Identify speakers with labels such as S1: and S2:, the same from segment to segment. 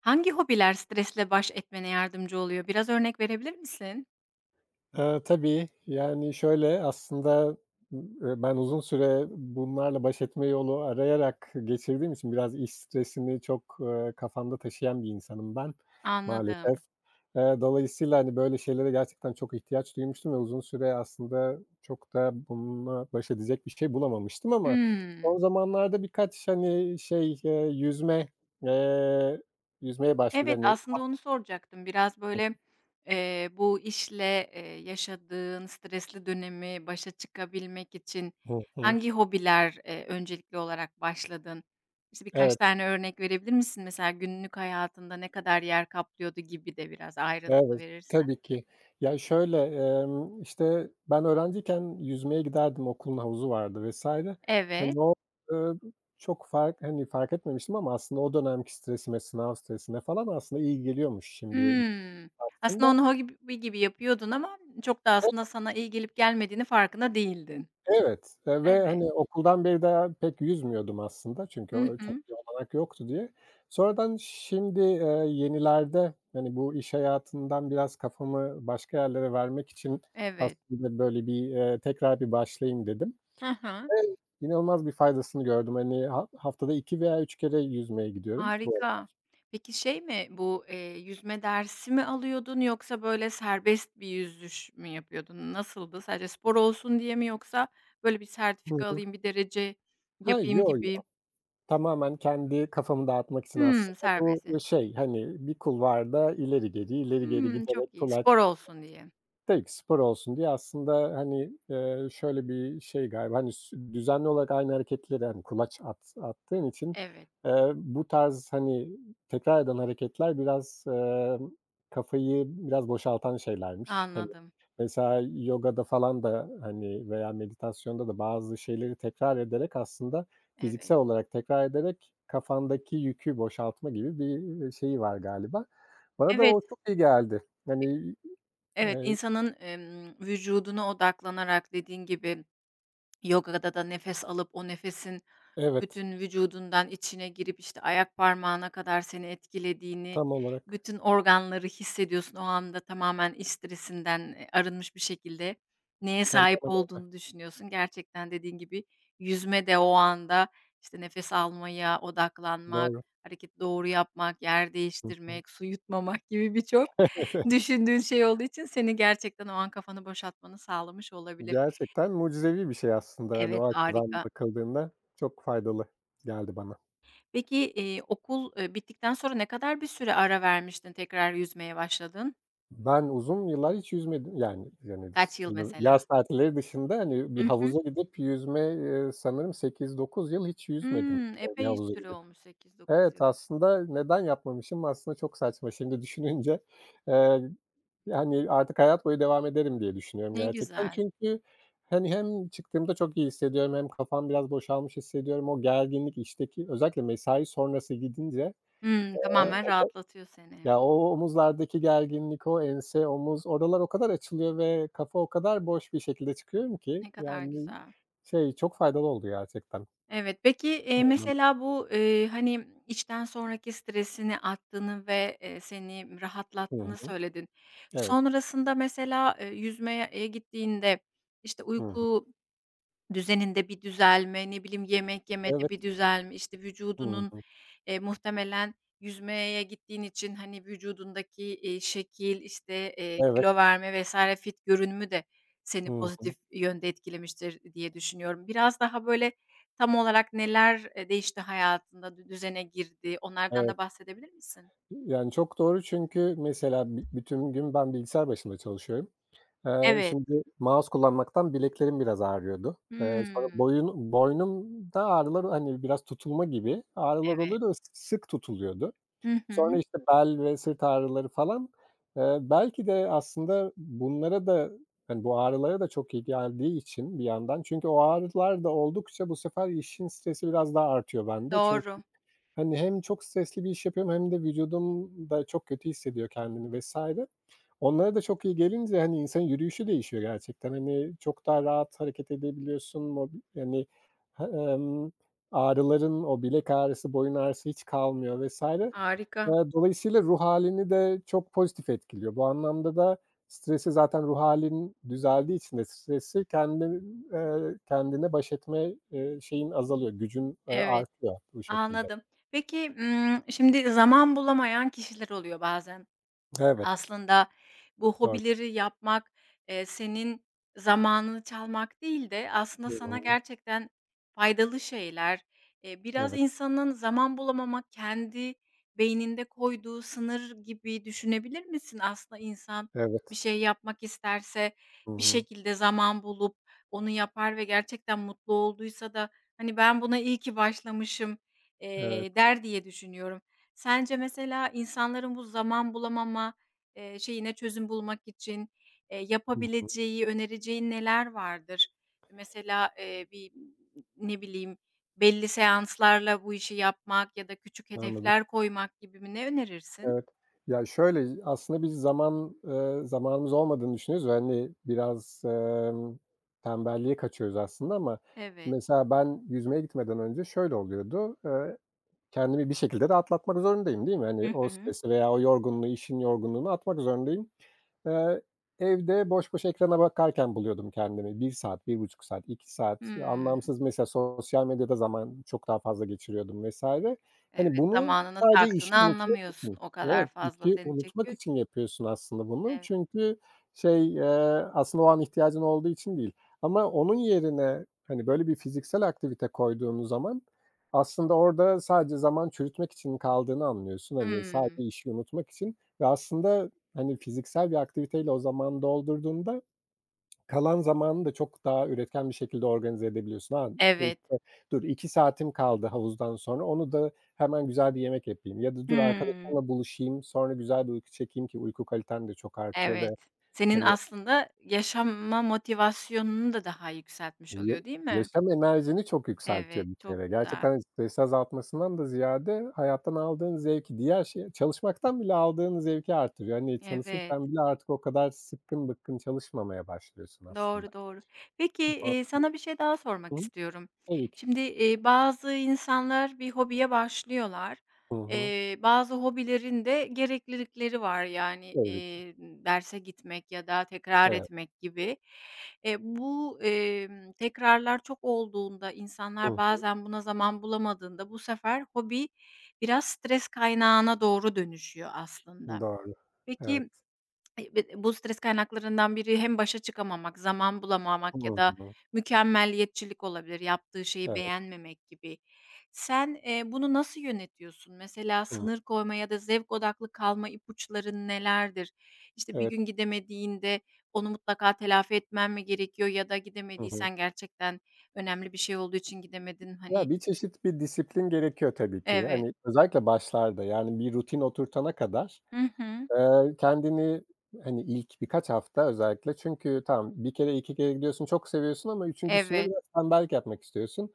S1: Hangi hobiler stresle baş etmene yardımcı oluyor? Biraz örnek verebilir misin?
S2: Tabii, yani, şöyle, aslında, ben uzun süre bunlarla baş etme yolu arayarak geçirdiğim için biraz iş stresini çok, kafamda taşıyan bir insanım ben maalesef.
S1: Anladım.
S2: Dolayısıyla, hani, böyle şeylere gerçekten çok ihtiyaç duymuştum ve uzun süre aslında çok da bununla baş edecek bir şey bulamamıştım ama
S1: Hımm.
S2: son zamanlarda birkaç, hani, şey, eee, yüzmeye başvurdum.
S1: Evet,
S2: Hani.
S1: aslında onu soracaktım. Biraz, böyle, bu işle, yaşadığın stresli dönemi başa çıkabilmek için
S2: Hı hı.
S1: hangi hobiler, öncelikli olarak başladın? İşte, birkaç
S2: Evet.
S1: tane örnek verebilir misin? Mesela günlük hayatında ne kadar yer kaplıyordu gibi de biraz ayrıntılı
S2: Evet,
S1: verirsen.
S2: tabii ki. Ya, şöyle, işte, ben öğrenciyken yüzmeye giderdim, okulun havuzu vardı vesaire.
S1: Evet.
S2: Hani, o, ııı, çok hani, fark etmemiştim ama aslında o dönemki stresime, sınav stresine falan aslında iyi geliyormuş şimdi
S1: Hımm. Aslında
S2: baktığımda.
S1: onu hobi gibi yapıyordun ama çok da aslında sana iyi gelip gelmediğini farkında değildin.
S2: Evet, ve,
S1: Evet.
S2: hani, okuldan beri de pek yüzmüyordum aslında çünkü
S1: Hı
S2: o çok
S1: hı.
S2: bir olanak yoktu diye. Sonradan şimdi, yenilerde, hani, bu iş hayatından biraz kafamı başka yerlere vermek için
S1: Evet.
S2: aslında böyle bir, tekrar bir başlayayım dedim
S1: Hı hı.
S2: ve inanılmaz bir faydasını gördüm. Hani, haftada 2 veya 3 kere yüzmeye gidiyorum bu ara.
S1: Harika. Peki şey mi bu, yüzme dersi mi alıyordun yoksa böyle serbest bir yüzüş mü yapıyordun? Nasıldı? Sadece spor olsun diye mi yoksa böyle bir
S2: Hı
S1: sertifika
S2: hı.
S1: alayım, bir derece
S2: Ha,
S1: yapayım
S2: yo, yo.
S1: gibi?
S2: Tamamen kendi kafamı dağıtmak için
S1: Hımm,
S2: aslında bu,
S1: serbest.
S2: şey, hani, bir kulvarda ileri geri, ileri geri
S1: Hımm, çok
S2: giderek
S1: iyi.
S2: kulaç.
S1: Spor olsun diye.
S2: Belki spor olsun diye aslında, hani, şöyle bir şey galiba, hani, düzenli olarak aynı hareketleri, hani, kulaç attığın için,
S1: Evet,
S2: bu tarz, hani, tekrar eden hareketler biraz, kafayı biraz boşaltan şeylermiş. Hani,
S1: anladım.
S2: mesela yogada falan da, hani, veya meditasyonda da bazı şeyleri tekrar ederek aslında
S1: Evet.
S2: fiziksel olarak tekrar ederek kafandaki yükü boşaltma gibi bir, şeyi var galiba. Bana da
S1: Evet.
S2: o çok iyi geldi. Hani,
S1: Evet, insanın, vücuduna odaklanarak dediğin gibi, yogada da nefes alıp o nefesin
S2: evet,
S1: bütün vücudundan içine girip, işte, ayak parmağına kadar seni etkilediğini,
S2: tam olarak,
S1: bütün organları hissediyorsun. O anda tamamen iç stresinden, arınmış bir şekilde neye sahip
S2: tamamen o.
S1: olduğunu düşünüyorsun. Gerçekten dediğin gibi yüzme de o anda, işte, nefes almaya odaklanmak,
S2: Doğru.
S1: hareketi doğru yapmak, yer
S2: Hı hı.
S1: değiştirmek, su yutmamak gibi birçok
S2: Evet, evet.
S1: düşündüğün şey olduğu için seni gerçekten o an kafanı boşaltmanı sağlamış olabilir.
S2: Gerçekten mucizevi bir şey aslında, hani,
S1: Evet,
S2: o açıdan
S1: harika.
S2: bakıldığında çok faydalı geldi bana.
S1: Peki, okul, bittikten sonra ne kadar bir süre ara vermiştin tekrar yüzmeye başladın?
S2: Ben uzun yıllar hiç yüzmedim. Yani,
S1: Kaç yıl mesela?
S2: yaz tatilleri dışında, hani,
S1: Hı
S2: bir
S1: hı.
S2: havuza gidip yüzme, sanırım 8-9 yıl hiç yüzmedim,
S1: Hımm,
S2: bir
S1: epey
S2: havuza
S1: süre
S2: gidip.
S1: olmuş 8-9
S2: Evet,
S1: yıl.
S2: aslında neden yapmamışım? Aslında çok saçma şimdi düşününce. Eee, Yani, artık hayat boyu devam ederim diye düşünüyorum
S1: Ne
S2: gerçekten.
S1: güzel.
S2: Çünkü, hani, hem çıktığımda çok iyi hissediyorum hem kafam biraz boşalmış hissediyorum. O gerginlik işteki özellikle mesai sonrası gidince,
S1: Hımm,
S2: eee,
S1: tamamen rahatlatıyor seni.
S2: ya, o omuzlardaki gerginlik, o ense, omuz, oralar o kadar açılıyor ve kafa o kadar boş bir şekilde çıkıyorum ki,
S1: Ne kadar
S2: yani,
S1: güzel.
S2: şey, çok faydalı oldu gerçekten.
S1: Evet, peki,
S2: O anlamda.
S1: mesela bu, hani, içten sonraki stresini attığını ve, seni
S2: Hı
S1: rahatlattığını
S2: hı.
S1: söyledin.
S2: Evet.
S1: Sonrasında mesela, yüzmeye, gittiğinde, işte,
S2: Hı hı.
S1: uyku düzeninde bir düzelme, ne bileyim, yemek yemede
S2: Evet.
S1: bir düzelme, işte,
S2: Hı
S1: vücudunun,
S2: hı.
S1: muhtemelen yüzmeye gittiğin için, hani, vücudundaki, şekil, işte,
S2: Evet.
S1: kilo verme vesaire fit görünümü de seni
S2: Hı
S1: pozitif
S2: hı.
S1: yönde etkilemiştir diye düşünüyorum. Biraz daha, böyle, tam olarak neler, değişti hayatında, düzene girdi, onlardan
S2: Evet.
S1: da bahsedebilir misin?
S2: Yani, çok doğru çünkü mesela bütün gün ben bilgisayar başında çalışıyorum.
S1: Evet.
S2: Şimdi mouse kullanmaktan bileklerim biraz ağrıyordu. Sonra
S1: Hımm,
S2: boynumda ağrılar, hani, biraz tutulma gibi ağrılar
S1: evet.
S2: oluyordu ve sık tutuluyordu.
S1: Hı
S2: Sonra,
S1: hı.
S2: işte, bel ve sırt ağrıları falan. Belki de aslında bunlara da, hani, bu ağrılara da çok iyi geldiği için bir yandan çünkü o ağrılar da oldukça bu sefer işin stresi biraz daha artıyor bende. Çünkü
S1: Doğru.
S2: hani, hem çok stresli bir iş yapıyorum hem de vücudum da çok kötü hissediyor kendini vesaire. Onlara da çok iyi gelince, hani, insanın yürüyüşü değişiyor gerçekten. Hani, çok daha rahat hareket edebiliyorsun. Yani, ha, ağrıların, o bilek ağrısı, boyun ağrısı hiç kalmıyor vesaire.
S1: Harika.
S2: Dolayısıyla ruh halini de çok pozitif etkiliyor. Bu anlamda da stresi zaten ruh hâlin düzeldiği için de stresi kendine baş etme, şeyin azalıyor, gücün,
S1: Evet.
S2: artıyor bu şekilde.
S1: Anladım. Peki, şimdi zaman bulamayan kişiler oluyor bazen.
S2: Evet.
S1: Aslında bu
S2: Doğru.
S1: hobileri yapmak, senin zamanını çalmak değil de aslında
S2: Hı
S1: sana
S2: hı.
S1: gerçekten faydalı şeyler, biraz
S2: Evet,
S1: insanın zaman bulamamak, kendi beyninde koyduğu sınır gibi düşünebilir misin? Aslında insan bir
S2: evet.
S1: şey yapmak isterse
S2: Hı
S1: bir
S2: hı.
S1: şekilde zaman bulup onu yapar ve gerçekten mutlu olduysa da, hani, "Ben buna iyi ki başlamışım."
S2: Evet.
S1: Der diye düşünüyorum. Sence mesela insanların bu zaman bulamama şeyine çözüm bulmak için,
S2: Hı hı.
S1: yapabileceği, önereceğin neler vardır? Mesela, bir, ne bileyim, belli seanslarla bu işi yapmak ya da küçük
S2: Anladım.
S1: hedefler koymak gibi mi? Ne önerirsin?
S2: Evet. Ya, şöyle, aslında biz zamanımız olmadığını düşünüyoruz ve, hani, biraz, tembelliğe kaçıyoruz aslında ama
S1: Evet.
S2: mesela ben yüzmeye gitmeden önce şöyle oluyordu: Kendimi bir şekilde de atlatmak zorundayım, değil mi?
S1: Hı
S2: Hani, o
S1: hı.
S2: stresi veya o yorgunluğu, işin yorgunluğunu atmak zorundayım. Eee, Evde boş boş ekrana bakarken buluyordum kendimi. 1 saat, 1,5 saat, 2 saat
S1: Hımm.
S2: anlamsız mesela sosyal medyada zaman çok daha fazla geçiriyordum vs. Hani,
S1: Evet,
S2: bunu
S1: zamanın nasıl
S2: sadece
S1: aktığını
S2: işi unutmak
S1: anlamıyorsun.
S2: için.
S1: O kadar
S2: Evet,
S1: fazla
S2: işi
S1: seni
S2: unutmak
S1: çekiyor ki.
S2: için yapıyorsun aslında bunu.
S1: Evet.
S2: Çünkü şey, aslında o an ihtiyacın olduğu için değil ama onun yerine, hani, böyle bir fiziksel aktivite koyduğunuz zaman aslında orada sadece zaman çürütmek için kaldığını anlıyorsun. Hani,
S1: Hımm.
S2: sadece işi unutmak için ve aslında hani, fiziksel bir aktiviteyle o zamanı doldurduğunda kalan zamanını da çok daha üretken bir şekilde organize edebiliyorsun. Ha.
S1: Evet.
S2: İşte, dur 2 saatim kaldı havuzdan sonra, onu da hemen güzel bir yemek yapayım ya da dur
S1: Hımm.
S2: arkadaşımla buluşayım, sonra güzel bir uyku çekeyim ki uyku kaliten de çok artıyor ve,
S1: Evet. Senin
S2: hani,
S1: aslında yaşama motivasyonunu da daha yükseltmiş
S2: ya,
S1: oluyor, değil mi?
S2: yaşam enerjini çok yükseltiyor
S1: Evet,
S2: bir
S1: çok
S2: kere.
S1: güzel.
S2: Gerçekten, hani, stresi azaltmasından da ziyade hayattan aldığın zevki, diğer şey çalışmaktan bile aldığın zevki artırıyor. Hani,
S1: Evet,
S2: çalışırken bile artık o kadar sıkkın bıkkın çalışmamaya başlıyorsun aslında.
S1: doğru, doğru. Peki,
S2: Hı,
S1: sana bir şey daha sormak
S2: hı.
S1: istiyorum.
S2: Tabii ki.
S1: Şimdi, bazı insanlar bir hobiye başlıyorlar.
S2: Hı hı.
S1: Bazı hobilerin de gereklilikleri var. Yani,
S2: Tabii ki.
S1: derse gitmek ya da tekrar
S2: Evet.
S1: etmek gibi. Bu, tekrarlar çok olduğunda, insanlar
S2: Hı
S1: bazen buna zaman bulamadığında bu sefer hobi biraz stres kaynağına doğru dönüşüyor aslında.
S2: hı. Doğru. Evet.
S1: Peki, Ay, be bu stres kaynaklarından biri hem başa çıkamamak, zaman
S2: Hı
S1: bulamamak ya da
S2: hı.
S1: mükemmelliyetçilik olabilir, yaptığı şeyi
S2: Evet.
S1: beğenmemek gibi. Sen, bunu nasıl yönetiyorsun? Mesela
S2: Hı.
S1: sınır koyma ya da zevk odaklı kalma ipuçların nelerdir? İşte, bir
S2: Evet.
S1: gün gidemediğinde onu mutlaka telafi etmen mi gerekiyor ya da
S2: Hı hı.
S1: gidemediysen gerçekten önemli bir şey olduğu için gidemedin, hani.
S2: Ya, bir çeşit bir disiplin gerekiyor tabii ki.
S1: Evet.
S2: Hani, özellikle başlarda, yani, bir rutin oturtana kadar,
S1: Hı hı.
S2: kendini, hani, ilk birkaç hafta özellikle çünkü tamam, bir kere, 2 kere gidiyorsun, çok seviyorsun ama üçüncüsünde
S1: Evet.
S2: biraz tembellik yapmak istiyorsun.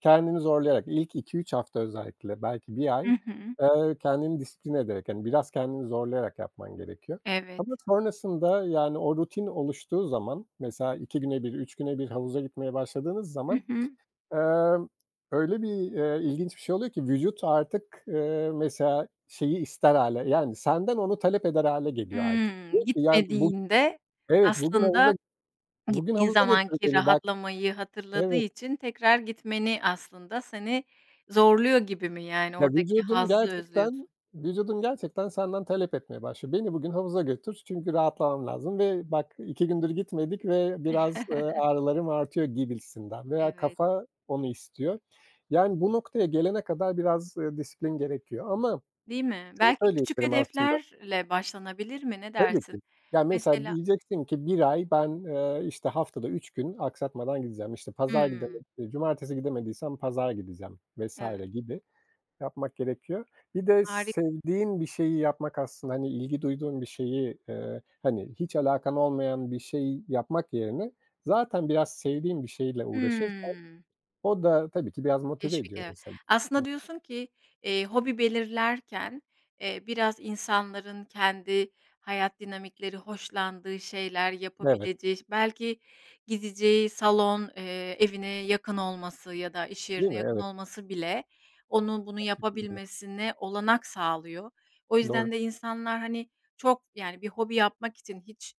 S2: Kendini zorlayarak ilk 2-3 hafta özellikle belki bir
S1: Hı
S2: ay,
S1: hı.
S2: kendini disiplin ederek, yani, biraz kendini zorlayarak yapman gerekiyor.
S1: Evet.
S2: Ama sonrasında, yani, o rutin oluştuğu zaman mesela 2 güne bir 3 güne bir havuza gitmeye başladığınız
S1: Hı
S2: zaman,
S1: hı.
S2: emm, öyle bir, ilginç bir şey oluyor ki vücut artık, mesela şeyi ister hâle, yani, senden onu talep eder hâle geliyor artık.
S1: Hımm,
S2: Diyor ki, "Ya, bu
S1: gitmediğinde
S2: evet, bugün havuza
S1: aslında
S2: bugün
S1: gittiğin
S2: havuza götür
S1: zamanki
S2: beni bak."
S1: rahatlamayı hatırladığı
S2: Evet.
S1: için tekrar gitmeni aslında seni zorluyor gibi mi? Yani
S2: Ya,
S1: oradaki
S2: vücudun
S1: hazzı
S2: gerçekten
S1: özlüyorsun.
S2: vücudun gerçekten senden talep etmeye başlıyor. "Beni bugün havuza götür çünkü rahatlamam lazım ve bak 2 gündür gitmedik ve biraz, ağrılarım artıyor." gibisinden veya
S1: Evet,
S2: kafa onu istiyor. Yani bu noktaya gelene kadar biraz, disiplin gerekiyor ama
S1: değil mi?
S2: şunu
S1: Belki küçük
S2: söyleyebilirim aslında.
S1: hedeflerle başlanabilir mi? Ne
S2: Tabii
S1: dersin?
S2: ki. Ya, mesela
S1: Mesela.
S2: diyeceksin ki 1 ay ben, işte, haftada 3 gün aksatmadan gideceğim. İşte, pazar gideme
S1: Hımm,
S2: cumartesi gidemediysem pazar gideceğim
S1: evet,
S2: vesaire gibi. Yapmak gerekiyor. Bir de
S1: harik
S2: sevdiğin bir şeyi yapmak aslında, hani, ilgi duyduğun bir şeyi, hani, hiç alakan olmayan bir şey yapmak yerine zaten biraz sevdiğin bir şeyle uğraşırsan
S1: hımm.
S2: o da tabii ki biraz motive
S1: Teşvik,
S2: ediyor
S1: evet.
S2: insanı. Hı.
S1: Aslında diyorsun ki, hobi belirlerken, biraz insanların kendi hayat dinamikleri, hoşlandığı şeyler,
S2: Evet,
S1: yapabileceği, belki gideceği salon, evine yakın olması ya da iş
S2: değil
S1: yerine
S2: mi?
S1: yakın
S2: Evet,
S1: olması bile onun bunu
S2: gerçekten öyle.
S1: yapabilmesine olanak sağlıyor. O
S2: Doğru.
S1: yüzden de insanlar, hani, çok, yani, bir hobi yapmak için hiç,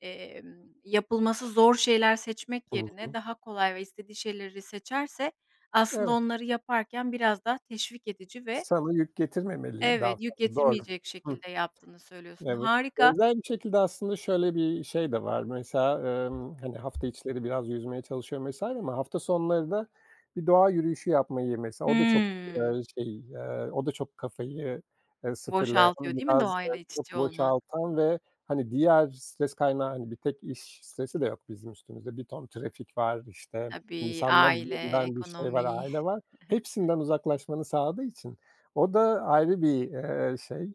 S1: emm, yapılması zor şeyler seçmek
S2: Hı
S1: yerine
S2: hı.
S1: daha kolay ve istediği şeyleri seçerse aslında
S2: Evet,
S1: onları yaparken biraz daha teşvik edici ve
S2: sana yük getirmemeli daha
S1: evet, yük
S2: fazla. Doğru.
S1: getirmeyecek
S2: Hı.
S1: şekilde yaptığını söylüyorsun.
S2: Evet.
S1: Harika.
S2: Benzer bir şekilde aslında şöyle bir şey de var. Mesela, hani, hafta içleri biraz yüzmeye çalışıyorum mesela, ama hafta sonları da bir doğa yürüyüşü yapmayı mesela o da çok,
S1: Hımm.
S2: şey, o da çok kafayı, sıfırlayan,
S1: Boşaltıyor değil mi
S2: biraz,
S1: doğayla iç
S2: çok
S1: içe olmak?
S2: boşaltan ve, hani, diğer stres kaynağı, hani, bir tek iş stresi de yok bizim üstümüzde. Bir ton trafik var, işte,
S1: Tabii,
S2: insanlar
S1: aile,
S2: üzerinden bir şey
S1: ekonomi.
S2: var, aile var. Hepsinden uzaklaşmanı sağladığı için o da ayrı bir, şey.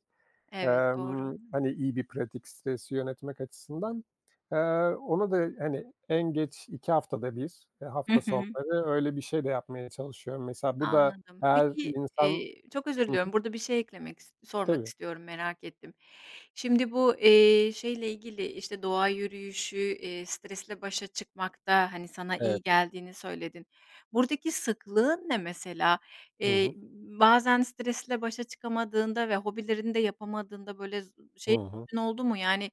S1: Evet, doğru.
S2: Hani, iyi bir pratik stresi yönetmek açısından. Eee, Onu da, hani, en geç 2 haftada bir
S1: Hı
S2: hafta
S1: hı.
S2: sonları öyle bir şey de yapmaya çalışıyorum. Mesela bu da
S1: Anladım.
S2: eğer
S1: Peki,
S2: insan.
S1: çok özür
S2: Hı hı,
S1: diliyorum, burada bir şey eklemek sormak
S2: tabii.
S1: istiyorum, merak ettim. Şimdi bu, şeyle ilgili, işte, doğa yürüyüşü, stresle başa çıkmakta, hani, sana iyi
S2: Evet.
S1: geldiğini söyledin. Buradaki sıklığın ne mesela?
S2: Hı
S1: Eee,
S2: hı.
S1: bazen stresle başa çıkamadığında ve hobilerini de yapamadığında, böyle,
S2: Hı
S1: şey
S2: hı.
S1: oldu mu? Yani,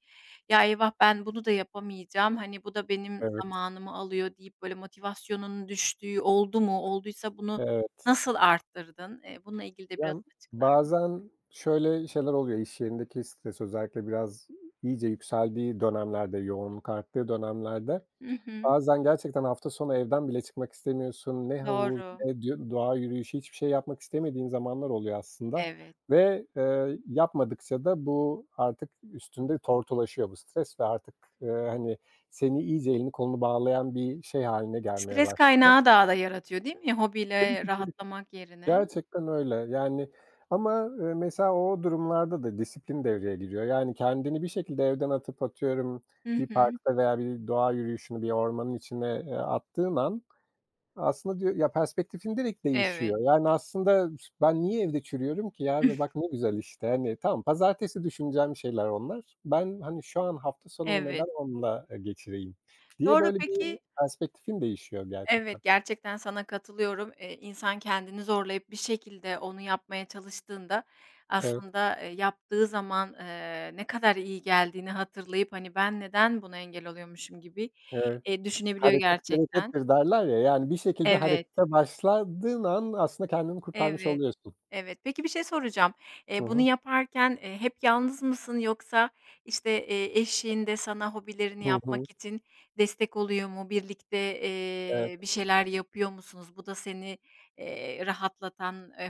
S1: "Ya, eyvah, ben bunu da yapamayacağım, hani, bu da benim
S2: Evet,
S1: zamanımı alıyor." deyip, böyle, motivasyonunun düştüğü oldu mu? Olduysa bunu
S2: evet.
S1: nasıl arttırdın? Bununla ilgili de biraz
S2: Yani,
S1: açıklar mısın?
S2: bazen şöyle şeyler oluyor, iş yerindeki stres özellikle biraz iyice yükseldiği dönemlerde, yoğunluk arttığı dönemlerde.
S1: Hı hı.
S2: Bazen gerçekten hafta sonu evden bile çıkmak istemiyorsun. Ne havuz,
S1: Doğru.
S2: ne doğa yürüyüşü, hiçbir şey yapmak istemediğin zamanlar oluyor aslında
S1: Evet.
S2: ve, yapmadıkça da bu artık üstünde tortulaşıyor bu stres ve artık, hani, seni iyice elini kolunu bağlayan bir şey haline gelmeye
S1: Stres
S2: başlıyor.
S1: kaynağı daha da yaratıyor, değil mi? Hobiyle rahatlamak yerine.
S2: Gerçekten öyle. Yani ama, mesela o durumlarda da disiplin devreye giriyor. Yani kendini bir şekilde evden atıp atıyorum
S1: Hı
S2: bir
S1: hı.
S2: parkta veya bir doğa yürüyüşünü bir ormanın içine, attığın an. Aslında diyor ya, perspektifin direkt
S1: Evet.
S2: değişiyor. Yani, aslında ben niye evde çürüyorum ki ya ve bak ne güzel işte. Hani, tamam pazartesi düşüneceğim şeyler onlar. Ben, hani, şu an hafta sonumu
S1: Evet.
S2: neden onunla, geçireyim diye
S1: Doğru,
S2: böyle bir
S1: peki.
S2: perspektifin değişiyor gerçekten.
S1: Evet, gerçekten sana katılıyorum. İnsan kendini zorlayıp bir şekilde onu yapmaya çalıştığında
S2: Evet,
S1: aslında, yaptığı zaman, ne kadar iyi geldiğini hatırlayıp, hani, "Ben neden buna engel oluyormuşum?" gibi,
S2: evet.
S1: düşünebiliyor
S2: Hareket
S1: gerçekten.
S2: berekettir derler ya, yani, bir şekilde
S1: Evet.
S2: harekete başladığın an aslında kendini kurtarmış
S1: Evet,
S2: oluyorsun.
S1: evet. Peki bir şey soracağım.
S2: Hı
S1: Bunu
S2: hı.
S1: yaparken, hep yalnız mısın yoksa, işte, eşin de sana hobilerini
S2: Hı hı.
S1: yapmak için destek oluyor mu? Birlikte,
S2: Evet,
S1: bir şeyler yapıyor musunuz? Bu da seni, rahatlatan,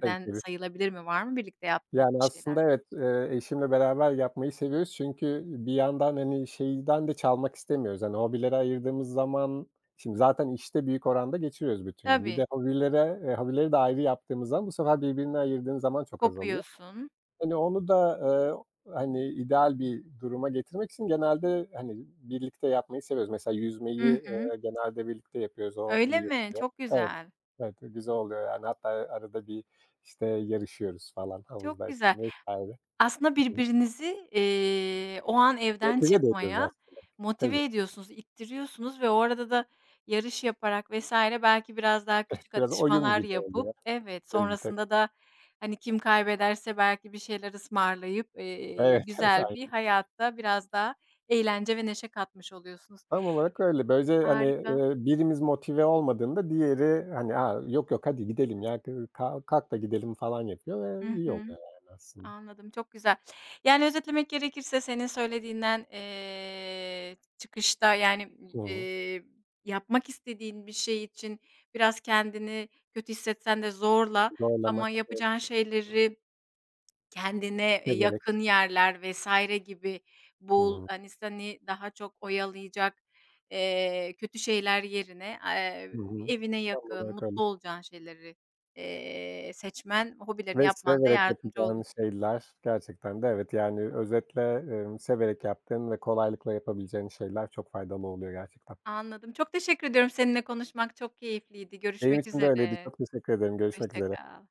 S2: tabii, tabii.
S1: sayılabilir mi? Var mı birlikte yaptığınız
S2: Yani,
S1: bir şeyler?
S2: aslında evet, eşimle beraber yapmayı seviyoruz çünkü bir yandan, hani, şeyden de çalmak istemiyoruz. Hani, hobilere ayırdığımız zaman şimdi zaten işte büyük oranda geçiriyoruz bütün gün. Bir
S1: Tabii,
S2: de hobilere hobileri de ayrı yaptığımız zaman bu sefer birbirine ayırdığın zaman çok azalıyor.
S1: kopuyorsun.
S2: Hani, onu da, hani, ideal bir duruma getirmek için genelde, hani, birlikte yapmayı seviyoruz. Mesela
S1: Hı
S2: yüzmeyi,
S1: hı.
S2: genelde birlikte yapıyoruz. O
S1: Öyle
S2: iyi
S1: mi?
S2: oluyor.
S1: Çok
S2: Evet,
S1: güzel,
S2: evet, güzel oluyor yani. Hatta arada bir, işte, yarışıyoruz falan
S1: çok güzel.
S2: havuzdayken vs.
S1: Aslında
S2: Hı hı.
S1: birbirinizi, o an evden
S2: Motive de ediyoruz
S1: çıkmaya
S2: aslında. Tabii.
S1: motive ediyorsunuz, ittiriyorsunuz ve o arada da yarış yaparak vs. belki biraz daha küçük
S2: Biraz oyun
S1: atışmalar
S2: gibi
S1: yapıp
S2: oluyor.
S1: evet,
S2: Tabii, tabii.
S1: sonrasında da, hani, kim kaybederse belki bir şeyler ısmarlayıp,
S2: Evet, evet,
S1: güzel bir
S2: aynen.
S1: hayata biraz daha eğlence ve neşe katmış oluyorsunuz.
S2: Tam olarak öyle. Böylece, hani,
S1: Harika.
S2: birimiz motive olmadığında diğeri, hani, "A, yok yok hadi gidelim ya, kalk da gidelim." falan yapıyor ve
S1: Hı
S2: iyi
S1: hı.
S2: oluyor yani aslında.
S1: Anladım, çok güzel. Yani, özetlemek gerekirse senin söylediğinden, çıkışta, yani,
S2: Hı hı.
S1: eee, yapmak istediğin bir şey için biraz kendini kötü hissetsen de zorla ama
S2: Zorlamak, evet,
S1: yapacağın şeyleri kendine,
S2: severek.
S1: yakın yerler vesaire gibi
S2: Hı
S1: bul.
S2: hı.
S1: Hani, seni daha çok oyalayacak, kötü şeyler yerine,
S2: Hı hı.
S1: evine
S2: Tam
S1: yakın,
S2: olarak öyle
S1: mutlu olacağın şeyleri, seçmen, hobilerini
S2: ve
S1: yapman da
S2: severek
S1: yardımcı olur.
S2: yapacağın şeyler gerçekten de evet, yani özetle, severek yaptığın ve kolaylıkla yapabileceğin şeyler çok faydalı oluyor gerçekten.
S1: Anladım. Çok teşekkür ediyorum. Seninle konuşmak çok keyifliydi.
S2: Benim
S1: Görüşmek
S2: için de öyleydi.
S1: üzere.
S2: Çok teşekkür ederim. Görüşmek
S1: Hoşça
S2: üzere.
S1: kal.